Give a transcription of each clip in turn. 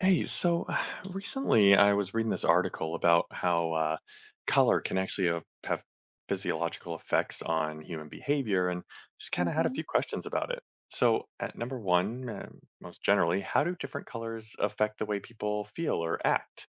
Hey, so recently I was reading this article about how color can actually have physiological effects on human behavior, and just kind of had a few hmm questions about it. So, at #1, most generally, how do different colors affect the way people feel or act?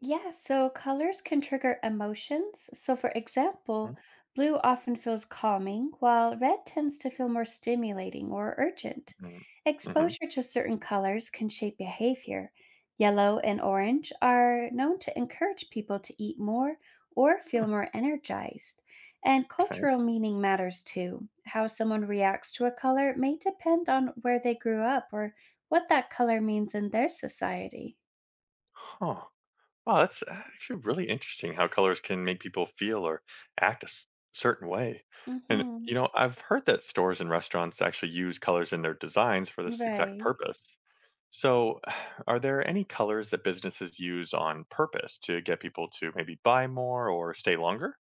Yeah, so colors can trigger emotions. So, for example, blue often feels calming, while red tends to feel more stimulating or urgent. Mm-hmm. Mm-hmm. Exposure to certain colors can shape behavior. Yellow and orange are known to encourage people to eat more or feel Hmm. more energized. And Okay. cultural meaning matters too. How someone reacts to a color may depend on where they grew up or what that color means in their society. Huh. Wow, that's actually really interesting how colors can make people feel or act a certain way. And, hmm I've heard that stores and restaurants actually use colors in their designs for this exact Right. purpose. So, are there any colors that businesses use on purpose to get people to maybe buy more or stay longer?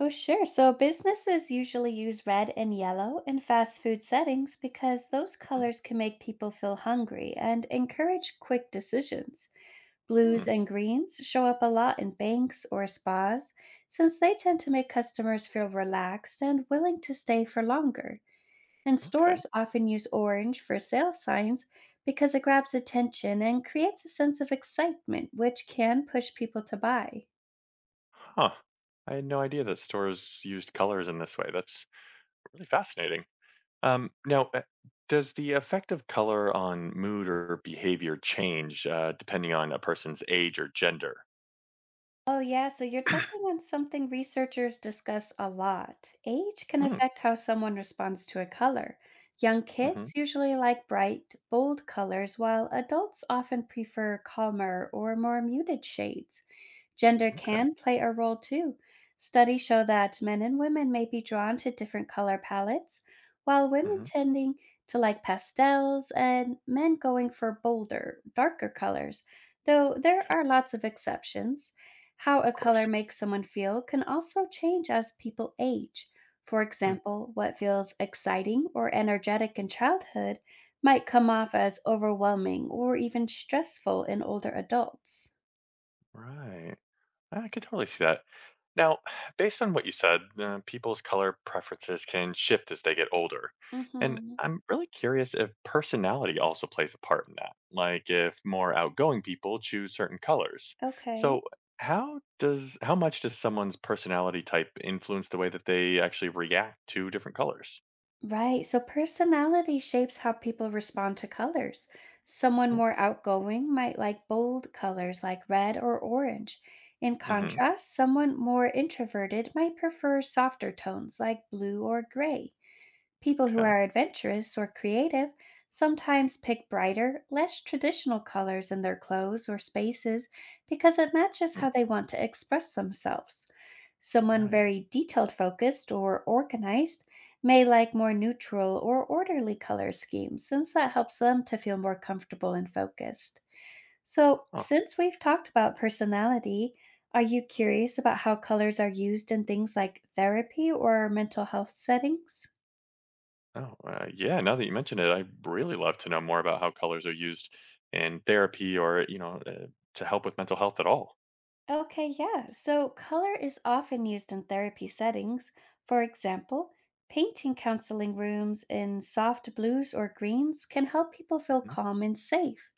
Oh, sure. So businesses usually use red and yellow in fast food settings because those Mhm. colors can make people feel hungry and encourage quick decisions. Hmm. Blues and greens show up a lot in banks or spas since they tend to make customers feel relaxed and willing to stay for longer. And Okay. stores often use orange for sales signs because it grabs attention and creates a sense of excitement, which can push people to buy. Huh. I had no idea that stores used colors in this way. That's really fascinating. Now, does the effect of color on mood or behavior change depending on a person's age or gender? Oh, yeah. So you're touching on something researchers discuss a lot. Age can Mm. affect how someone responds to a color. Young Hmm. kids usually like bright, bold colors, while adults often prefer calmer or more muted shades. Gender Okay. can play a role too. Studies show that men and women may be drawn to different color palettes, while women Hmm. tending to like pastels and men going for bolder, darker colors, though there Okay. are lots of exceptions. How Of a color course. makes someone feel can also change as people age. For example, what feels exciting or energetic in childhood might come off as overwhelming or even stressful in older adults. Right. I could totally see that. Now, based on what you said, people's color preferences can shift as they get older. And Mm-hmm. I'm really curious if personality also plays a part in that, like if more outgoing people choose certain colors. Okay. So, how much does someone's personality type influence the way that they actually react to different colors? Right. So personality shapes how people respond to colors. Someone Mm. more outgoing might like bold colors like red or orange. In Mm-hmm. contrast, someone more introverted might prefer softer tones like blue or gray. People who Okay. are adventurous or creative sometimes pick brighter, less traditional colors in their clothes or spaces because it matches Mm. how they want to express themselves. Someone Right. very detailed focused or organized may like more neutral or orderly color schemes since that helps them to feel more comfortable and focused. So, since we've talked about personality, are you curious about how colors are used in things like therapy or mental health settings? Oh, yeah. Now that you mention it, I'd really love to know more about how colors are used in therapy or, to help with mental health at all. Okay, yeah. So color is often used in therapy settings. For example, painting counseling rooms in soft blues or greens can help people feel Mhm. calm and safe.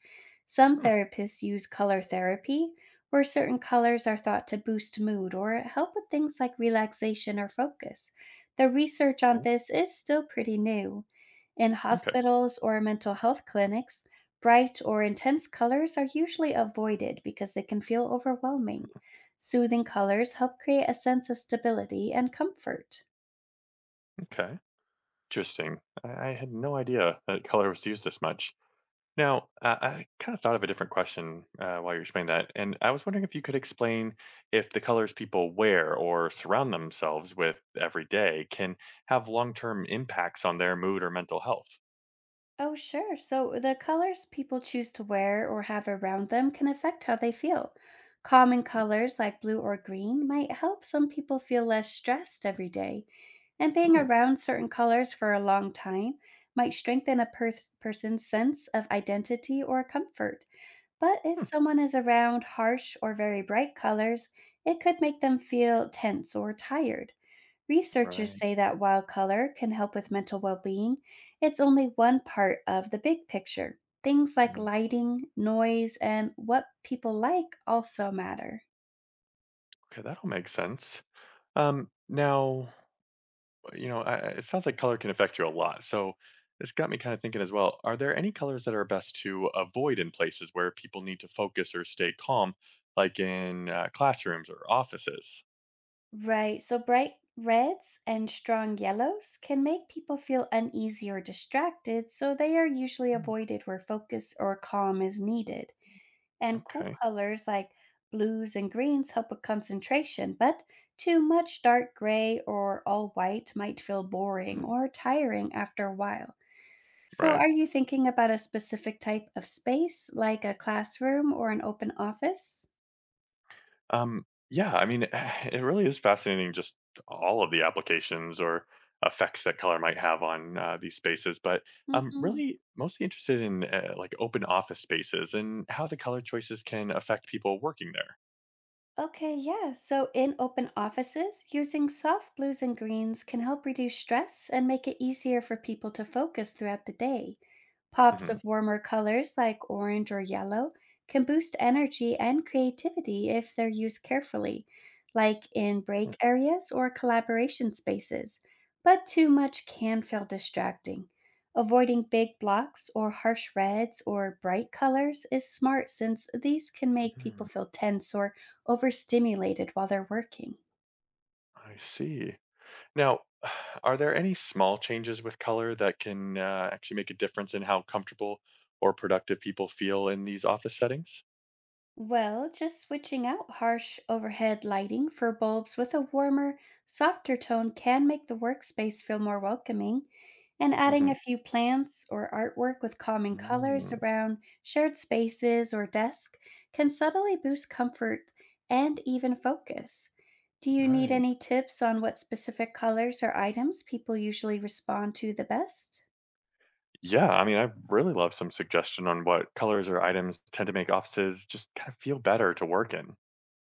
Some Hmm. therapists use color therapy, where certain colors are thought to boost mood or help with things like relaxation or focus. The research on Right? this is still pretty new. In Okay. hospitals or mental health clinics, bright or intense colors are usually avoided because they can feel overwhelming. Soothing colors help create a sense of stability and comfort. Okay. Interesting. I had no idea that color was used this much. Now, I kind of thought of a different question while you were explaining that. And I was wondering if you could explain if the colors people wear or surround themselves with every day can have long term impacts on their mood or mental health. Oh, sure. So the colors people choose to wear or have around them can affect how they feel. Common colors like blue or green might help some people feel less stressed every day, and being Oh. around certain colors for a long time might strengthen a person's sense of identity or comfort. But if Hmm. someone is around harsh or very bright colors, it could make them feel tense or tired. Researchers Right. say that while color can help with mental well being, it's only one part of the big picture. Things like Mm. lighting, noise, and what people like also matter. Okay. That will make sense. Now, it sounds like color can affect you a lot. So this got me kind of thinking as well. Are there any colors that are best to avoid in places where people need to focus or stay calm, like in classrooms or offices? Right, so bright reds and strong yellows can make people feel uneasy or distracted, so they are usually Mm. avoided where focus or calm is needed. And cool Okay. colors like blues and greens help with concentration, but too much dark gray or all white might feel boring Mm. or tiring after a while. So, Right. are you thinking about a specific type of space, like a classroom or an open office? Yeah, I mean, it really is fascinating just all of the applications or effects that color might have on these spaces. But I'm hmm really mostly interested in like open office spaces and how the color choices can affect people working there. Okay, yeah. So in open offices, using soft blues and greens can help reduce stress and make it easier for people to focus throughout the day. Pops Mhm. of warmer colors like orange or yellow can boost energy and creativity if they're used carefully, like in break areas or collaboration spaces, but too much can feel distracting. Avoiding big blocks or harsh reds or bright colors is smart since these can make people Mhm. feel tense or overstimulated while they're working. I see. Now, are there any small changes with color that can actually make a difference in how comfortable or productive people feel in these office settings? Well, just switching out harsh overhead lighting for bulbs with a warmer, softer tone can make the workspace feel more welcoming, and adding a Hmm. few plants or artwork with calming colors Mm. around shared spaces or desk can subtly boost comfort and even focus. Do you need Right. any tips on what specific colors or items people usually respond to the best? Yeah, I mean, I really love some suggestion on what colors or items tend to make offices just kind of feel better to work in.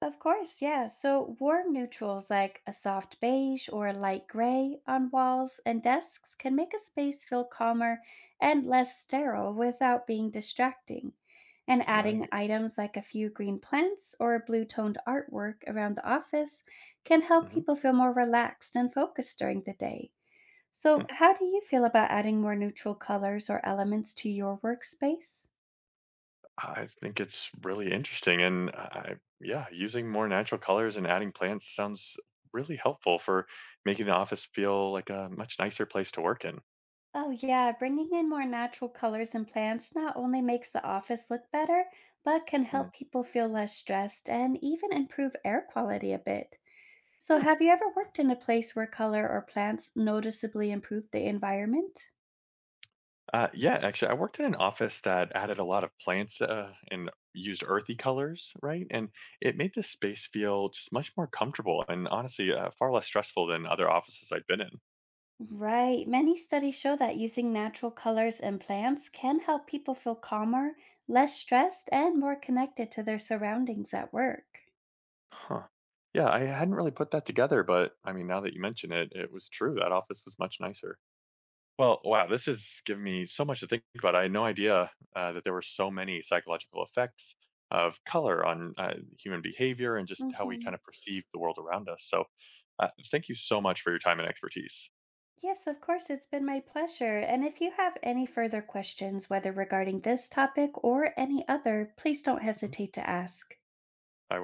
Of course, yeah. So warm neutrals like a soft beige or a light gray on walls and desks can make a space feel calmer and less sterile without being distracting. And adding Right. items like a few green plants or a blue toned artwork around the office can help Hmm. people feel more relaxed and focused during the day. So, how do you feel about adding more neutral colors or elements to your workspace? I think it's really interesting, and I yeah, using more natural colors and adding plants sounds really helpful for making the office feel like a much nicer place to work in. Oh, yeah, bringing in more natural colors and plants not only makes the office look better, but can Mm. help people feel less stressed and even improve air quality a bit. So, Hmm. have you ever worked in a place where color or plants noticeably improved the environment? Yeah, actually, I worked in an office that added a lot of plants and used earthy colors, right? And it made the space feel just much more comfortable and honestly far less stressful than other offices I'd been in. Right. Many studies show that using natural colors and plants can help people feel calmer, less stressed, and more connected to their surroundings at work. Huh. Yeah, I hadn't really put that together, but I mean, now that you mention it, it was true. That office was much nicer. Well, wow, this has given me so much to think about. I had no idea that there were so many psychological effects of color on human behavior and just how we kind Mhm. of perceive the world around us. So, thank you so much for your time and expertise. Yes, of course, it's been my pleasure. And if you have any further questions, whether regarding this topic or any other, please don't Mhm. hesitate to ask. I will.